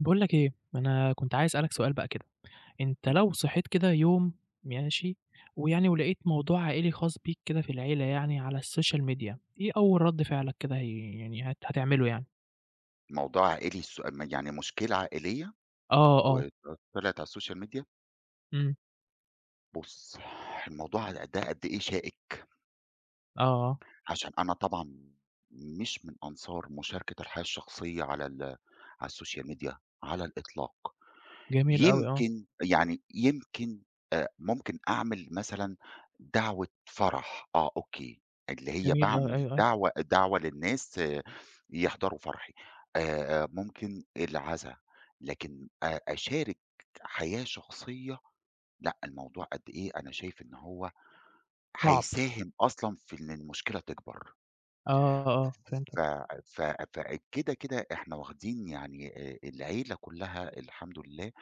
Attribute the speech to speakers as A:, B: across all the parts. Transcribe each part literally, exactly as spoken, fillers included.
A: باقول لك إيه، أنا كنت عايز أسألك سؤال بقى كده، أنت
B: إمم،
A: لو صحيت كده يوم ماشي، ويعني ولقيت موضوع عائلي خاص بيك كده في العيلة يعني على الSocial media، إيه أول رَد فعلك كده هي يعني هت هتعمله يعني؟
B: موضوع عائلي الس م يعني مشكلة عائلية
A: آه، آه،
B: و طلعت على السوشيال ميديا.
A: إمم،
B: بُص الموضوع ده قد إيه شائك.
A: آه، آه،
B: عشان أنا طبعًا مش من أنصار مشاركة الحياة الشخصية على ال على السوشيال ميديا على الإطلاق.
A: جميل أوي آه،
B: يمكن يعني يمكن آآ ممكن أعمل مثلًا دعوة فرح، آه أوكي، اللي هي
A: جميل أوي أيوه،
B: باعمل
A: أيوه،
B: دعوة دعوة للناس آه، يحضروا فرحي، آآ ممكن العزا، لكن أ أشارك حياة شخصية لأ. الموضوع قد إيه أنا شايف إن هو
A: صعب،
B: هيساهم أصلًا في إن المشكلة تكبر.
A: آه، آه، آه، فهمتك،
B: ف ف فكده، كده إحنا واخدين يعني آآ العيلة كلها الحمد لله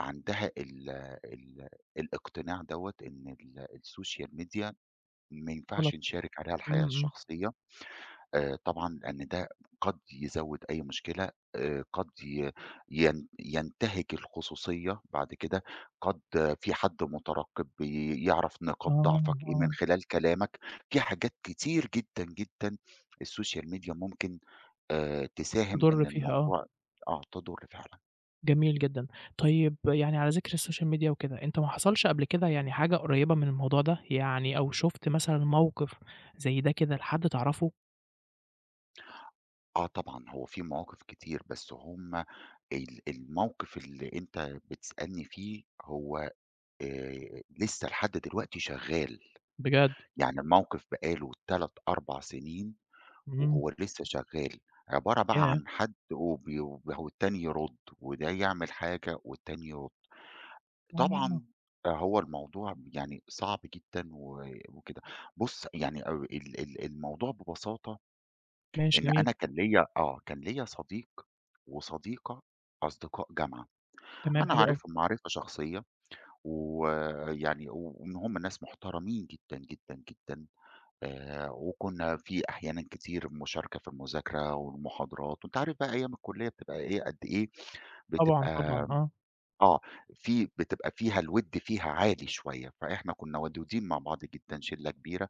B: عندها ال ال الاقتناع دوّة إن ال السوشيال ميديا ما ينفعش
A: غلط،
B: نشارك عليها
A: إمم،
B: الحياة
A: إمم،
B: الشخصية، آآ طبعًا لإن ده قد يزوّد أي مشكلة، آآ قد ي ين ينتهك الخصوصية بعد كده، قد آه، في حد مترقب ي يعرف نقاط
A: آه،
B: ضعفك إيه
A: آه،
B: من خلال كلامك، في حاجات كتير جدًا، جدًا السوشيال ميديا ممكن آآ تساهم إن
A: تضُر فيها آه.
B: الموضوع آه تضر فعلًا.
A: جميل جدًا. طيب يعني على ذِكر السوشيال ميديا وكده، أنت ما حصلش قبل كده يعني حاجة قريّبة من الموضوع ده؟ يعني أو شُفت مثلًا موقف زي ده كده لحد تعرفه؟
B: آه طبعًا هو في مواقف كتير بس هُم ال الموقف اللي أنت بتسألني فيه هو آآ لسه لحد دلوقتي شغّال.
A: بجد!
B: يعني الموقف بقى له ثلاث، 4 سنين
A: إمم.
B: وهو لسه شغّال. عبارة بقى
A: ياه!
B: عن حد وبي والتاني يرُد وده يعمل حاجة والتاني يرُد. طبعًا
A: آه.
B: هو الموضوع يعني صعب جدًا و وكده. بُص يعني أو ال ال الموضوع ببساطة
A: ماشي
B: إن
A: جميل.
B: أنا كان ليّا آه، كان ليّا صديق وصديقة أصدقاء جامعة.
A: تمام
B: أنا
A: حلو أوي.
B: عارفهم معرفة شخصية ويعني وإن هم ناس محترمين جدًا، جدًا، جدًا. آآ وكنا في أحيانًا كتير مشاركة في المذاكرة والمحاضرات، وأنت عارف بقى أيام الكلية بتبقى إيه قد إيه
A: طبعًا، طبعًا
B: بتبقى
A: آه.
B: آه، في بتبقى فيها الوِد فيها عالي شوية، فإحنا كنا ودودين مع بعض جدًا، شلة كبيرة.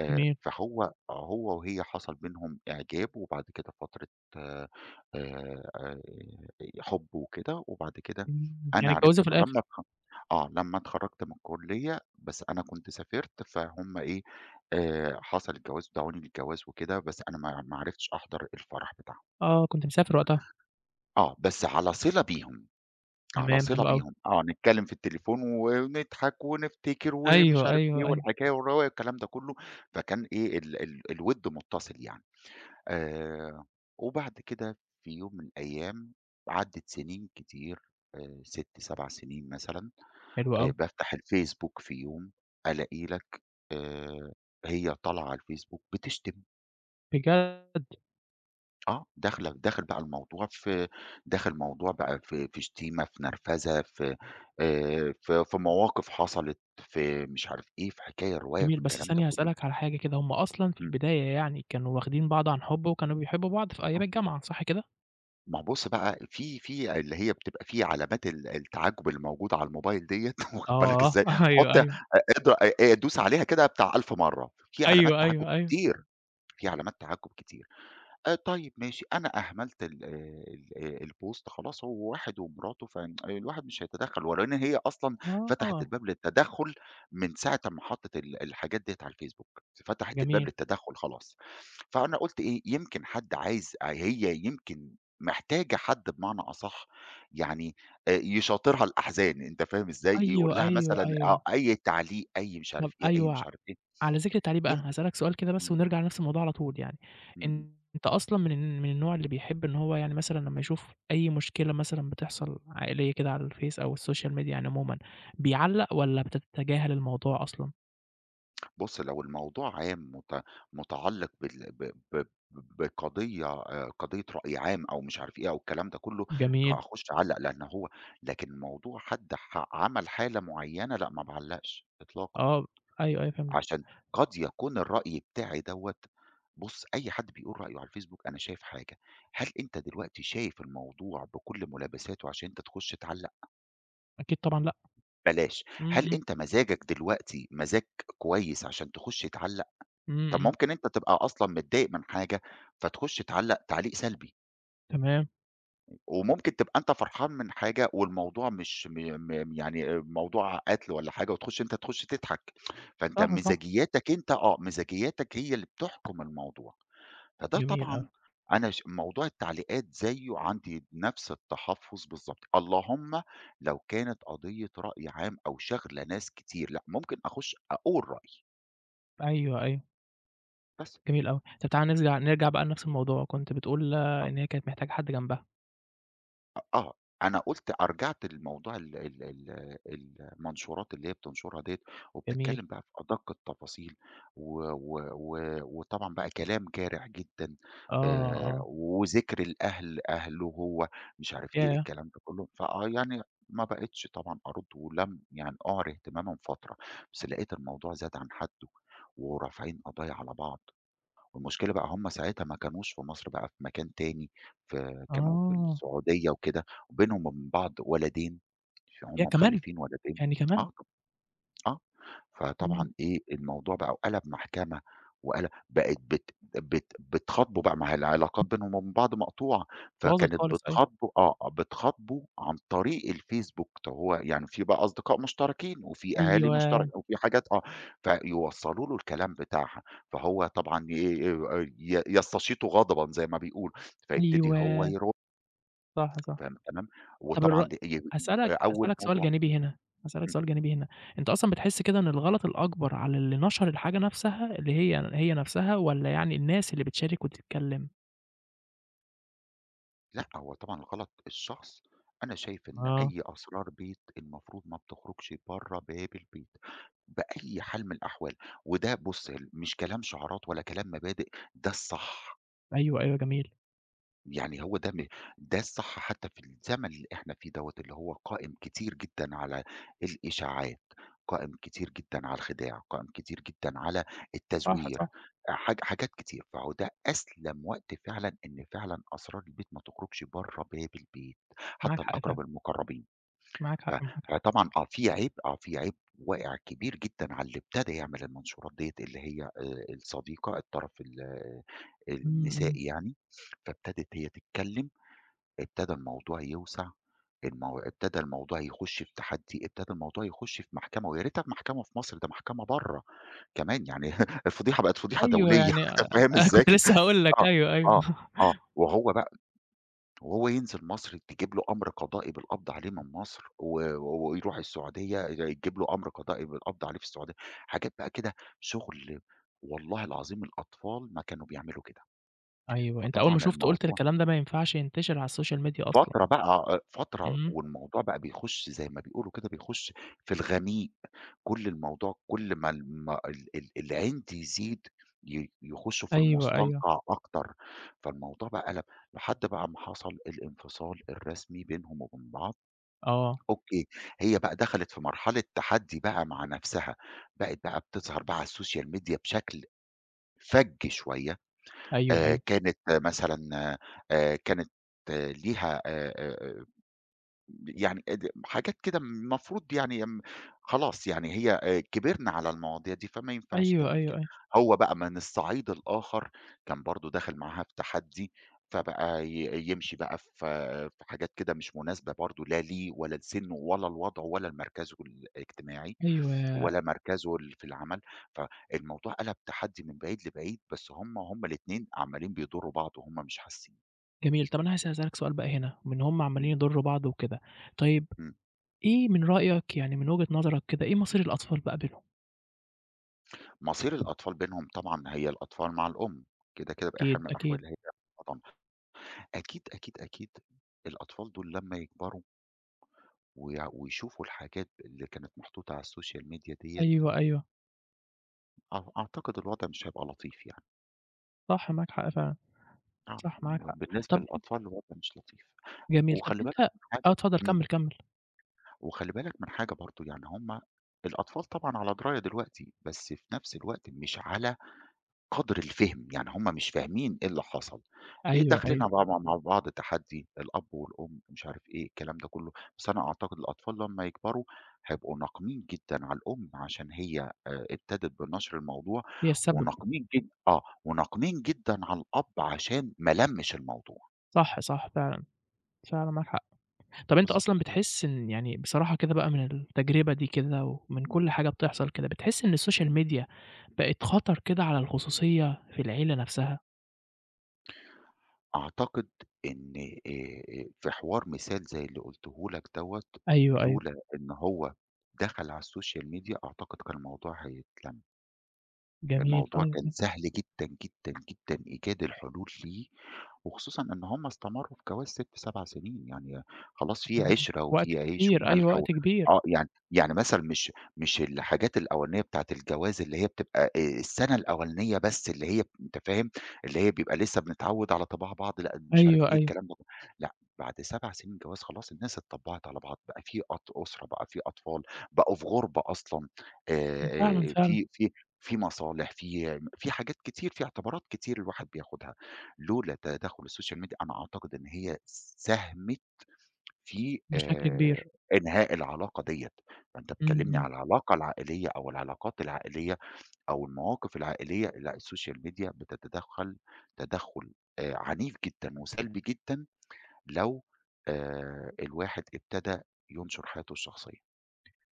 B: آآ،
A: جميل.
B: فهو هو وهي حصل بينهم إعجاب وبعد كده فترة آآ، آآ، حُب وكده. وبعد كده
A: إمم.
B: أنا
A: يعني
B: عرفت
A: اتجوّزوا في
B: ما لمّا
A: الآخر.
B: اتخ آه، لمّا اتخرّجت من الكُلّية بس أنا كنت سافرت، فهُم إيه، آآ، حصل الجواز ودعوني للجواز وكده، بس أنا ما ما عرفتش أحضر الفرح بتاعهم.
A: آه. كنت مسافر وقتها.
B: آه، بس على صِلة بيهم. على
A: تمام
B: صِلة
A: حلو أوي.
B: بيهم، آه، نتكلّم في التليفون ونضحك ونفتكر ومش
A: أيوه،
B: عارف
A: أيوه،
B: إيه
A: أيوه.
B: والحكاية والرواية والكلام ده كلّه. فكان إيه ال ال الوِد مُتصل يعني. آآ وبعد كده في يوم من الأيام عدّت سنين كتير آآ ست، 7 سنين مثلًا.
A: حلو
B: آآ
A: أوي.
B: بافتح الفيسبوك في يوم ألاقي لك آآ هي طالعة على الفيسبوك بتشتم.
A: بجد!
B: آه، داخلة داخل بقى الموضوع في داخل الموضوع بقى في في شتيمة، في نرفزة، في آآ، في في مواقف حصلت، في مش عارف إيه، في حكاية، رواية، في
A: جميل. بس
B: الكلام ده
A: ثانية
B: كله.
A: هاسألك على حاجة كده، هم أصلًا في
B: إمم،
A: البداية يعني كانوا واخدين بعض عن حُب وكانوا بيحبّوا بعض في أيام
B: آه،
A: الجامعة، صح كده؟
B: ما هو بُص بقى في في اللي هي بتبقى في علامات ال التعجب اللي موجودة على الموبايل ديّة واخد بالك
A: آه.
B: إزاي،
A: أيوه،
B: حُط أ
A: أيوه.
B: اضغ أ دوس عليها كده بتاع ألف مرّة، في علامات
A: أيوه،
B: تعجب
A: أيوه، أيوه.
B: كتير، في علامات تعجب كتير. آآ طيب ماشي. أنا أهملت ال آه، ال آه، الpost خلاص هو واحد ومراته فالواحد مش هيتدخّل، ولأن هي أصلًا فتحت
A: آه،
B: الباب للتدخُّل من ساعة أمّا حطّت ال الحاجات ديّة على الفيسبوك. فتحت الباب
A: جميل.
B: للتدخُّل خلاص. فأنا قُلت إيه، يمكن حد عايز هي يمكن محتاجة حد بمعنى أصح يعني آآ يشاطرها الأحزان، أنت فاهم إزاي، يقول
A: أيوه،
B: لها
A: أيوه،
B: مثلًا
A: أيوه.
B: آه، أي تعليق، أي مش
A: طَب
B: عارف إيه، أي
A: أيوه،
B: مش عارف إيه.
A: على ذِكر التعليق بقى،
B: يمكن
A: هاسألك سؤال كده بس
B: إمم،
A: ونرجع لنفس الموضوع على طول يعني،
B: إمم، إمم.
A: أنت أصلًا من ال من النوع اللي بيحب إن هو يعني مثلًا لمّا يشوف أي مشكلة مثلًا بتحصل عائلية كده على الفيس أو السوشيال ميديا يعني
B: إمم.
A: عمومًا، بيعلّق والّا بتتجاهل الموضوع أصلًا؟
B: بُص، لو الموضوع عام مت متعلق بال ب ب بقضية آآ، قضية رأي عام أو مش عارف إيه أو الكلام ده كله،
A: جميل.
B: هاخش أعلّق لأن هو لكن موضوع حد ح عمل حالة معيّنة لأ، ما باعلّقش إطلاقًا.
A: آه، أيوه، أيوه فهمت.
B: عشان قد يكون الرأي بتاعي دوّة بُص، أي حد بيقول رأيه على الفيسبوك أنا شايف حاجة. هل أنت دلوقتي شايف الموضوع بكل ملابساته عشان أنت تخش تعلّق؟
A: أكيد طبعًا لأ.
B: بلاش.
A: إمم،
B: هل
A: إمم.
B: أنت مزاجك دلوقتي مزاج كويس عشان تخش تعلّق؟
A: إمم،
B: طب
A: إمم.
B: ممكن أنت تبقى أصلًا متضايق من حاجة، فتخش تعلّق تعليق سلبي،
A: تمام.
B: وممكن تبقى أنت فرحان من حاجة والموضوع مش م م يعني موضوع قتل والّا حاجة وتخش أنت تخش تضحك. فأنت
A: صح، صح.
B: مزاجيّاتك أنت آه، مزاجيّاتك هي اللي بتحكم الموضوع. فده
A: جميل
B: طبعًا
A: أوي.
B: أنا ش موضوع التعليقات زيه عندي نفس التحفظ بالضبط. اللهم لو كانت قضية رأي عام أو شاغلة ناس كتير، لأ ممكن أخش أقول رأيي،
A: أيوه، أيوه.
B: بس.
A: جميل أوي. طب تعالَ نرجع نرجع بقى لنفس الموضوع، كنت بتقول
B: آه.
A: إن هي كانت محتاجة حد جنبها،
B: أ آه، أنا قُلت أ رجعت لموضوع ال ال ال المنشورات اللي هي بتنشرها ديّة.
A: جميل.
B: وبتتكلم بقى في أدق التفاصيل و و و وطبعًا بقى كلام جارح جدًا.
A: آه،
B: آآ،
A: آه.
B: وذكر الأهل، أهله هو، مش عارف إيه،
A: ياه!
B: الكلام ده كله. فآه يعني ما بقيتش طبعًا أرُد، ولم يعني أُعر اهتمامًا فترة. بس لقيت الموضوع زاد عن حده، ورافعين قضايا على بعض. والمشكلة بقى هم ساعتها ما كانوش في مصر بقى في مكان تاني، في كانوا في
A: آه،
B: السعودية وكده، وبينهم وبين بعض ولدين. ف هم
A: ياه كمان!
B: مخلّفين ولدين
A: يعني كمان!
B: آه. آه.
A: إمم،
B: فطبعًا إيه، الموضوع بقى وقَلَب محكمة وقَلَب بقت بت بت بتخاطبه بقى ما هي العلاقات بينهم وبين بعض مقطوعة.
A: باظت
B: فكانت
A: خالص أيوه.
B: بتخاطبه آه، آه، بتخاطبه عن طريق الفيسبوك. طب هو يعني في بقى أصدقاء مشتركين وفي أهالي
A: أيوه،
B: مشترك وفي حاجات آه، فيوصّلوا له الكلام بتاعها. فهو طبعًا ي ي يستشيط غضبًا زي ما بيقولوا. فيبتدي هو
A: أيوه،
B: يرُد.
A: صح، صح.
B: فاهم الكلام؟
A: طب الر
B: وطبعًا د ي
A: هاسألك
B: أول
A: هاسألك سؤال
B: موضوع
A: جانبي هنا، هاسألك
B: إمم.
A: سؤال جانبي هنا، أنت أصلًا بتحس كده إن الغلط الأكبر على اللي نشر الحاجة نفسها اللي هي هي نفسها والّا يعني الناس اللي بتشارك وبتتكلم؟
B: لأ، هو طبعًا غلط الشخص. أنا شايف إن
A: آه،
B: أي أسرار بيت المفروض ما بتخرجش برّه باب البيت بأي حال من الأحوال. وده بُص ال مش كلام شعارات ولا كلام مبادئ، ده الصح.
A: أيوه، أيوه جميل.
B: يعني هو ده م ده الصح حتّى في الزمن اللي إحنا فيه دوّة، اللي هو قائم كتير جدًا على الإشاعات، قائم كتير جدًا على الخداع، قائم كتير جدًا على
A: صح،
B: التزوير.
A: صح،
B: آآ حاج حاجات كتير. فهو ده أسلم وقت فعلًا إن فعلًا أسرار البيت ما تخرجش برّه باب البيت،
A: معاك
B: حتّى
A: حق
B: الأقرب
A: فعلًا،
B: المقربين.
A: معاك
B: ف
A: حق، معاك حق.
B: فطبعًا آه، في عيب آه، في عيب واقع كبير جدًا على اللي ابتدى يعمل المنشورات ديّة اللي هي آآ الصديقة، الطرف ال آه،
A: إمم، إمم.
B: النسائي يعني. فابتدت هي تتكلم، ابتدى الموضوع يوسع، المو ابتدى الموضوع يخش في تحدي، ابتدى الموضوع يخش في محكمة، ويا ريتها في محكمة في مصر، ده محكمة برّه كمان يعني الفضيحة بقت فضيحة
A: أيوه،
B: دولية
A: يعني
B: أنت
A: آآ
B: فاهم
A: أنا
B: إزاي؟
A: كنت لسه هاقول لك
B: آه،
A: أيوه، أيوه.
B: آه، آه، وهو وهو ينزل مصر تجيب له أمر قضائي بالقبض عليه من مصر، و و ويروح السعودية يتجيب له أمر قضائي بالقبض عليه في السعودية. حاجات بقى كده شغل والله العظيم الأطفال ما كانوا بيعملوا كده.
A: أيوه، أنت أول
B: فطبعًا
A: ما شُفته قُلت
B: الموضوع
A: الكلام ده ما ينفعش ينتشر على الSocial Media أصلًا.
B: فترة بقى آه، فترة
A: إمم.
B: والموضوع بقى بيخش زي ما بيقولوا كده بيخش في الغميق. كل الموضوع كل ما الم ال ال العند يزيد ي يخشوا في
A: أيوه، أيوه.
B: المستنقع أكتر. فالموضوع بقى قلب لحد بقى ما حصل الانفصال الرسمي بينهم وبين بعض.
A: آه.
B: أوكي. هي بقى دخلت في مرحلة تحدّي بقى مع نَفْسها. بقت بقى بتظهر بقى على السوشيال ميديا بشكل فَج شوية.
A: أيوه،
B: آآ
A: أيوه.
B: كانت آه، مثلًا آآ كانت آه، ليها آآ آآ يعني آه، د حاجات كده المفروض يعني م خلاص يعني هي آآ كبرنا على المواضيع دي، فما ينفعش
A: أيوه،
B: تعمل
A: أيوه،
B: كده.
A: أيوه.
B: هو بقى من الصعيد الآخر كان برضه داخل معاها في تحدي. فبقى ي يمشي بقى في في حاجات كده مش مناسبة برضه لا ليه ولا لسنه ولا لوضعه ولا لمركزه الاجتماعي
A: أيوه،
B: ولا مركزه ال في العمل. فالموضوع قلب تحدي من بعيد لبعيد. بس هم هم الاتنين عمّالين بيضرّوا بعض وهم مش حاسين.
A: جميل. طب أنا عايز أسألك سؤال بقى هنا، بما إن هم
B: إمم،
A: عمّالين يضرّوا بعض وكده، طيب
B: إمم.
A: إيه من رأيك يعني من وجهة نظرك كده، إيه مصير الأطفال بقى بينهم؟
B: مصير الأطفال بينهم طبعًا هي الأطفال مع الأم. كده، كده بأي حال
A: أكيد،
B: من
A: أكيد.
B: الأحوال هي طبعًا. أكيد، أكيد، أكيد الأطفال دول لمّا يكبروا ويع ويشوفوا الحاجات اللي كانت محطوطة على السوشيال ميديا ديّة.
A: أيوه، أيوه.
B: أع أعتقد الوضع مش هيبقى لطيف يعني.
A: صح، معاك حق فعلًا.
B: آه،
A: صح، معاك حق.
B: بالنسبة
A: طب
B: للأطفال الوضع مش لطيف.
A: جميل، طب
B: وخلّي بالك
A: أنت
B: من حاجة
A: آه، اتفضل
B: إمم،
A: كمّل، كمّل.
B: وخلّي بالك من حاجة برضه. يعني هم الأطفال طبعًا على دراية دلوقتي، بس في نفس الوقت مش على قدر الفهم. يعني هم مش فاهمين إيه اللي حصل، إيه
A: أيوه،
B: داخلين
A: أيوه.
B: بقى مع مع بعض تحدّي، الأب والأم مش عارف إيه الكلام ده كلّه. بس أنا أعتقد الأطفال لمّا يكبروا هيبقوا ناقمين جدًا على الأم عشان هي آآ ابتدت بنشر الموضوع.
A: هي السبب.
B: وناقمين جد آه، وناقمين جدًا على الأب عشان ما لَمّش الموضوع.
A: صح، صح فعلًا، فعلًا معاك حق. طَب أنت أصلًا
B: بالضبط،
A: بتحس إن يعني بصراحة كده بقى من التجربة دي كده ومن
B: إمم.
A: كل حاجة بتحصل كده، بتحس إن السوشيال ميديا بقت خطر كده على الخصوصية في العيلة نفسها؟
B: أعتقد إن آآ في حوار مثال زي اللي قُلته لك دوّة،
A: أيوه، أيوه،
B: لولا إن هو دخل على السوشيال ميديا أعتقد كان الموضوع هيتلَم.
A: جميل،
B: الموضوع
A: أيوه،
B: كان سهل جدًا، جدًا، جدًا إيجاد الحلول فيه. وخصوصًا إن هم استمروا في جواز ستة، 7 سنين. يعني خلاص في
A: أيوة.
B: عِشرة
A: وقت
B: وفي عيش
A: كتير، أيوه،
B: وملح و
A: وقت كبير،
B: آه. يعني يعني مثلًا مش مش الحاجات الأولانية بتاعة الجواز اللي هي بتبقى آآ السنة الأولانية بس اللي هي أنت فاهم، اللي هي بيبقى لسه بنتعوّد على طباع بعض، لأ مش عارف
A: أيوه،
B: إيه
A: أيوه،
B: الكلام ده كله. لأ بعد 7 سنين جواز خلاص الناس اتطبّعت على بعض. بقى في أط أسرة، بقى في أطفال، بقوا في غُربة أصلًا.
A: فعلًا،
B: آآ
A: فعلًا،
B: في في في مصالح، في في حاجات كتير، في اعتبارات كتير الواحد بياخدها. لولا تدخُّل السوشيال ميديا أنا أعتقد إن هي ساهمت في
A: بشكل
B: آآ
A: كبير،
B: إنهاء العلاقة ديّة. فأنت
A: إمم،
B: بتكلّمني
A: إمم.
B: على العلاقة العائلية أو العلاقات العائلية أو المواقف العائلية، لأ السوشيال ميديا بتتدخّل تدخُّل آآ عنيف جدًا وسلبي جدًا لو آآ الواحد ابتدى ينشر حياته الشخصية.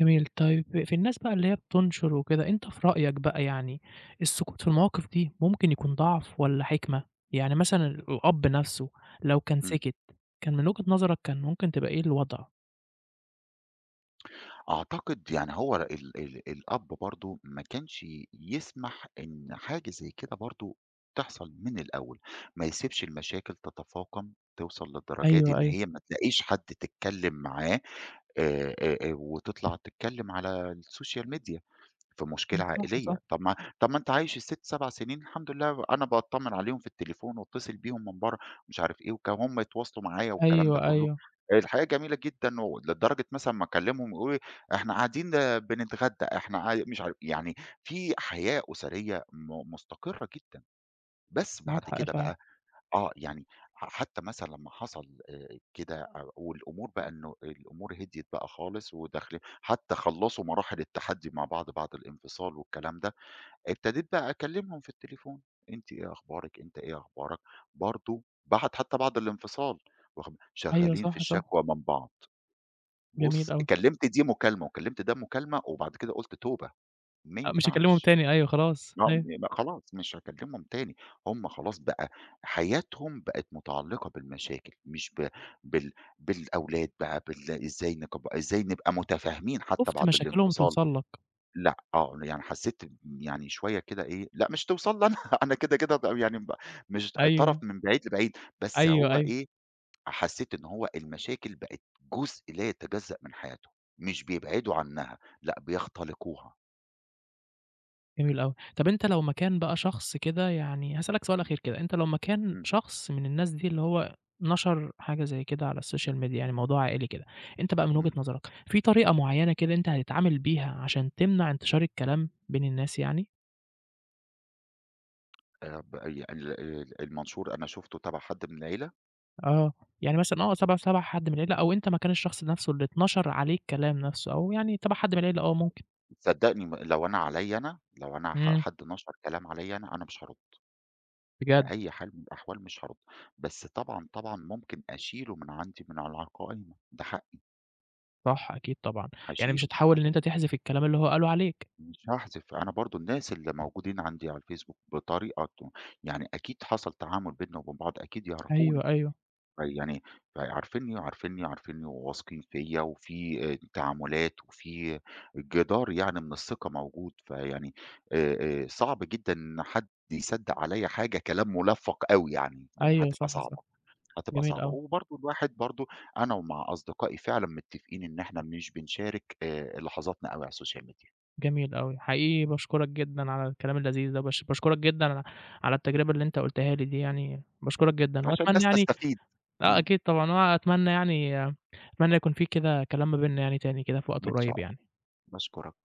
A: جميل. طيب في الناس بقى اللي هي بتنشر وكده، أنت في رأيك بقى يعني السكوت في المواقف دي ممكن يكون ضعف والّا حكمة؟ يعني مثلًا الأب نفسه لو كان
B: إمم.
A: سِكِت، كان من وجهة نظرك كان ممكن تبقى إيه الوضع؟
B: أعتقد يعني هو ال ال الأب برضه ما كانش يسمح إن حاجة زي كده برضه تحصل من الأول. ما يسيبش المشاكل تتفاقم توصل للدرجة دي
A: أيوه،
B: إن
A: أيوه.
B: هي ما تلاقيش حد تتكلم معاه آآ آآ وتطلع تتكلم على السوشيال ميديا. في مشكلة
A: إمم، صح،
B: عائلية،
A: صح.
B: طب ما طب ما أنت عايش ال6، 7 سنين الحمد لله أنا باطمن عليهم في التليفون واتصل بيهم من برّه. مش عارف إيه وك وهُم يتواصلوا معايا والكلام ده
A: أيوه،
B: كله.
A: أيوه.
B: الحياة جميلة جدًا و لدرجة مثلًا ما أكلمهم يقولوا لي إحنا قاعدين بنتغدى، إحنا قاع مش عارف يعني في حياة أسرية م مستقرة جدًا. بس بعد
A: معاك حق
B: كده
A: فعلًا.
B: بقى آه، يعني ح حتى مثلًا لمّا حصل آآ كده أ والأمور بقى إنه الأمور هديت بقى خالص وداخلين حتى خلّصوا مراحل التحدّي مع بعض بعد الانفصال والكلام ده. ابتديت بقى أكلّمهم في التليفون، أنتِ إيه أخبارِك، أنت إيه أخبارك. برضه بعد حتى بعد الانفصال واخد ب
A: أيوه
B: شغّالين في
A: صح، صح.
B: الشكوى من بعض. بُص
A: جميل أوي.
B: كلّمت دي مكالمة وكلّمت ده مكالمة. وبعد كده قُلت توبة، ما
A: آه، مش هاكلمهم
B: ينفعش.
A: تاني أيوه خلاص.
B: آه،
A: أيوه.
B: يبقى خلاص مش هاكلمهم تاني. هم خلاص بقى حياتهم بقت متعلقة بالمشاكل، مش ب بال بالأولاد بقى بال إزاي نكب إزاي نبقى متفاهمين حتى
A: شُفت
B: بعد
A: مشاكلهم
B: الانفصال.
A: توصل لك.
B: لأ، آه، يعني حسيت يعني شوية كده إيه، لأ مش توصل لي أنا. أنا كده، كده ب يعني ب مش طرف
A: أيوه،
B: من بعيد لبعيد. بس
A: أيوه،
B: هو
A: أيوه.
B: إيه، حسيت إن هو المشاكل بقت جزء لا يتجزأ من حياتهم، مش بيبعدوا عنها، لأ بيختلقوها.
A: جميل أوي. طب أنت لو مكان بقى شخص كده يعني هاسألك سؤال
B: إمم،
A: أخير كده، أنت لو مكان
B: إمم،
A: شخص من الناس دي اللي هو نشر حاجة زي كده على السوشيال ميديا، يعني
B: إمم،
A: موضوع عائلي كده، أنت بقى من وجهة
B: إمم.
A: نظرك في طريقة معيّنة كده أنت هتتعامل بيها عشان تمنع انتشار الكلام بين الناس يعني؟
B: آآ ب ي ال ال المنشور أنا شُفته تبع حد من العيلة.
A: آه، يعني مثلًا آه، تبع تبع حد من العيلة أو أنت مكان الشخص نفسه اللي اتنشر عليه الكلام نفسه أو يعني تبع حد من العيلة آه ممكن.
B: صدّقني م لو أنا عليّا أنا، لو أنا ح
A: إمم،
B: حد نشر كلام عليّا أنا، أنا مش هارُد.
A: بجد،
B: بأي حال من الأحوال مش هارُد. بس طبعًا، طبعًا ممكن أشيله من عندي من على القائمة، ده حقي.
A: صح أكيد طبعًا، يعني مش
B: هاشيله،
A: هتحاول إن أنت
B: هاشيله.
A: تحذف الكلام اللي هو قاله عليك.
B: مش هاحذف. أنا برضه الناس اللي موجودين عندي على الفيسبوك بطريقة ت يعني أكيد حصل تعامل بيننا وبين بعض، أكيد يعرفوني.
A: أيوه، أيوه،
B: يعني عارفينّي، عارفينّي، عارفينّي وواثقين فيّا وفي آآ تعاملات وفي جدار يعني من الثقة موجود. فيعني آآ آآ صعب جدًا إن حد يصدّق عليّا حاجة كلام مُلفّق أوي يعني.
A: أيوه
B: هتبقى
A: صح،
B: صعبة.
A: صح،
B: هتبقى
A: جميل
B: صعبة.
A: أوي.
B: وبرضه الواحد برضه أنا ومع أصدقائي فعلًا متّفقين إن إحنا مش بنشارك آآ لحظاتنا أوي على السوشيال ميديا،
A: جميل أوي، حقيقي باشكرك جدًا على الكلام اللذيذ ده، باش باشكرك جدًا على على التجربة اللي أنت قُلتها لي دي يعني، باشكرك جدًا،
B: عشان
A: وأتمنى
B: الناس
A: يعني
B: تستفيد.
A: آه
B: إمم،
A: أكيد طبعًا، وأتمنى يعني آه، أتمنى يكون في كده كلام ما بيننا يعني تاني كده في وقت
B: إن شاء
A: قريب
B: الله،
A: يعني.
B: باشكرك.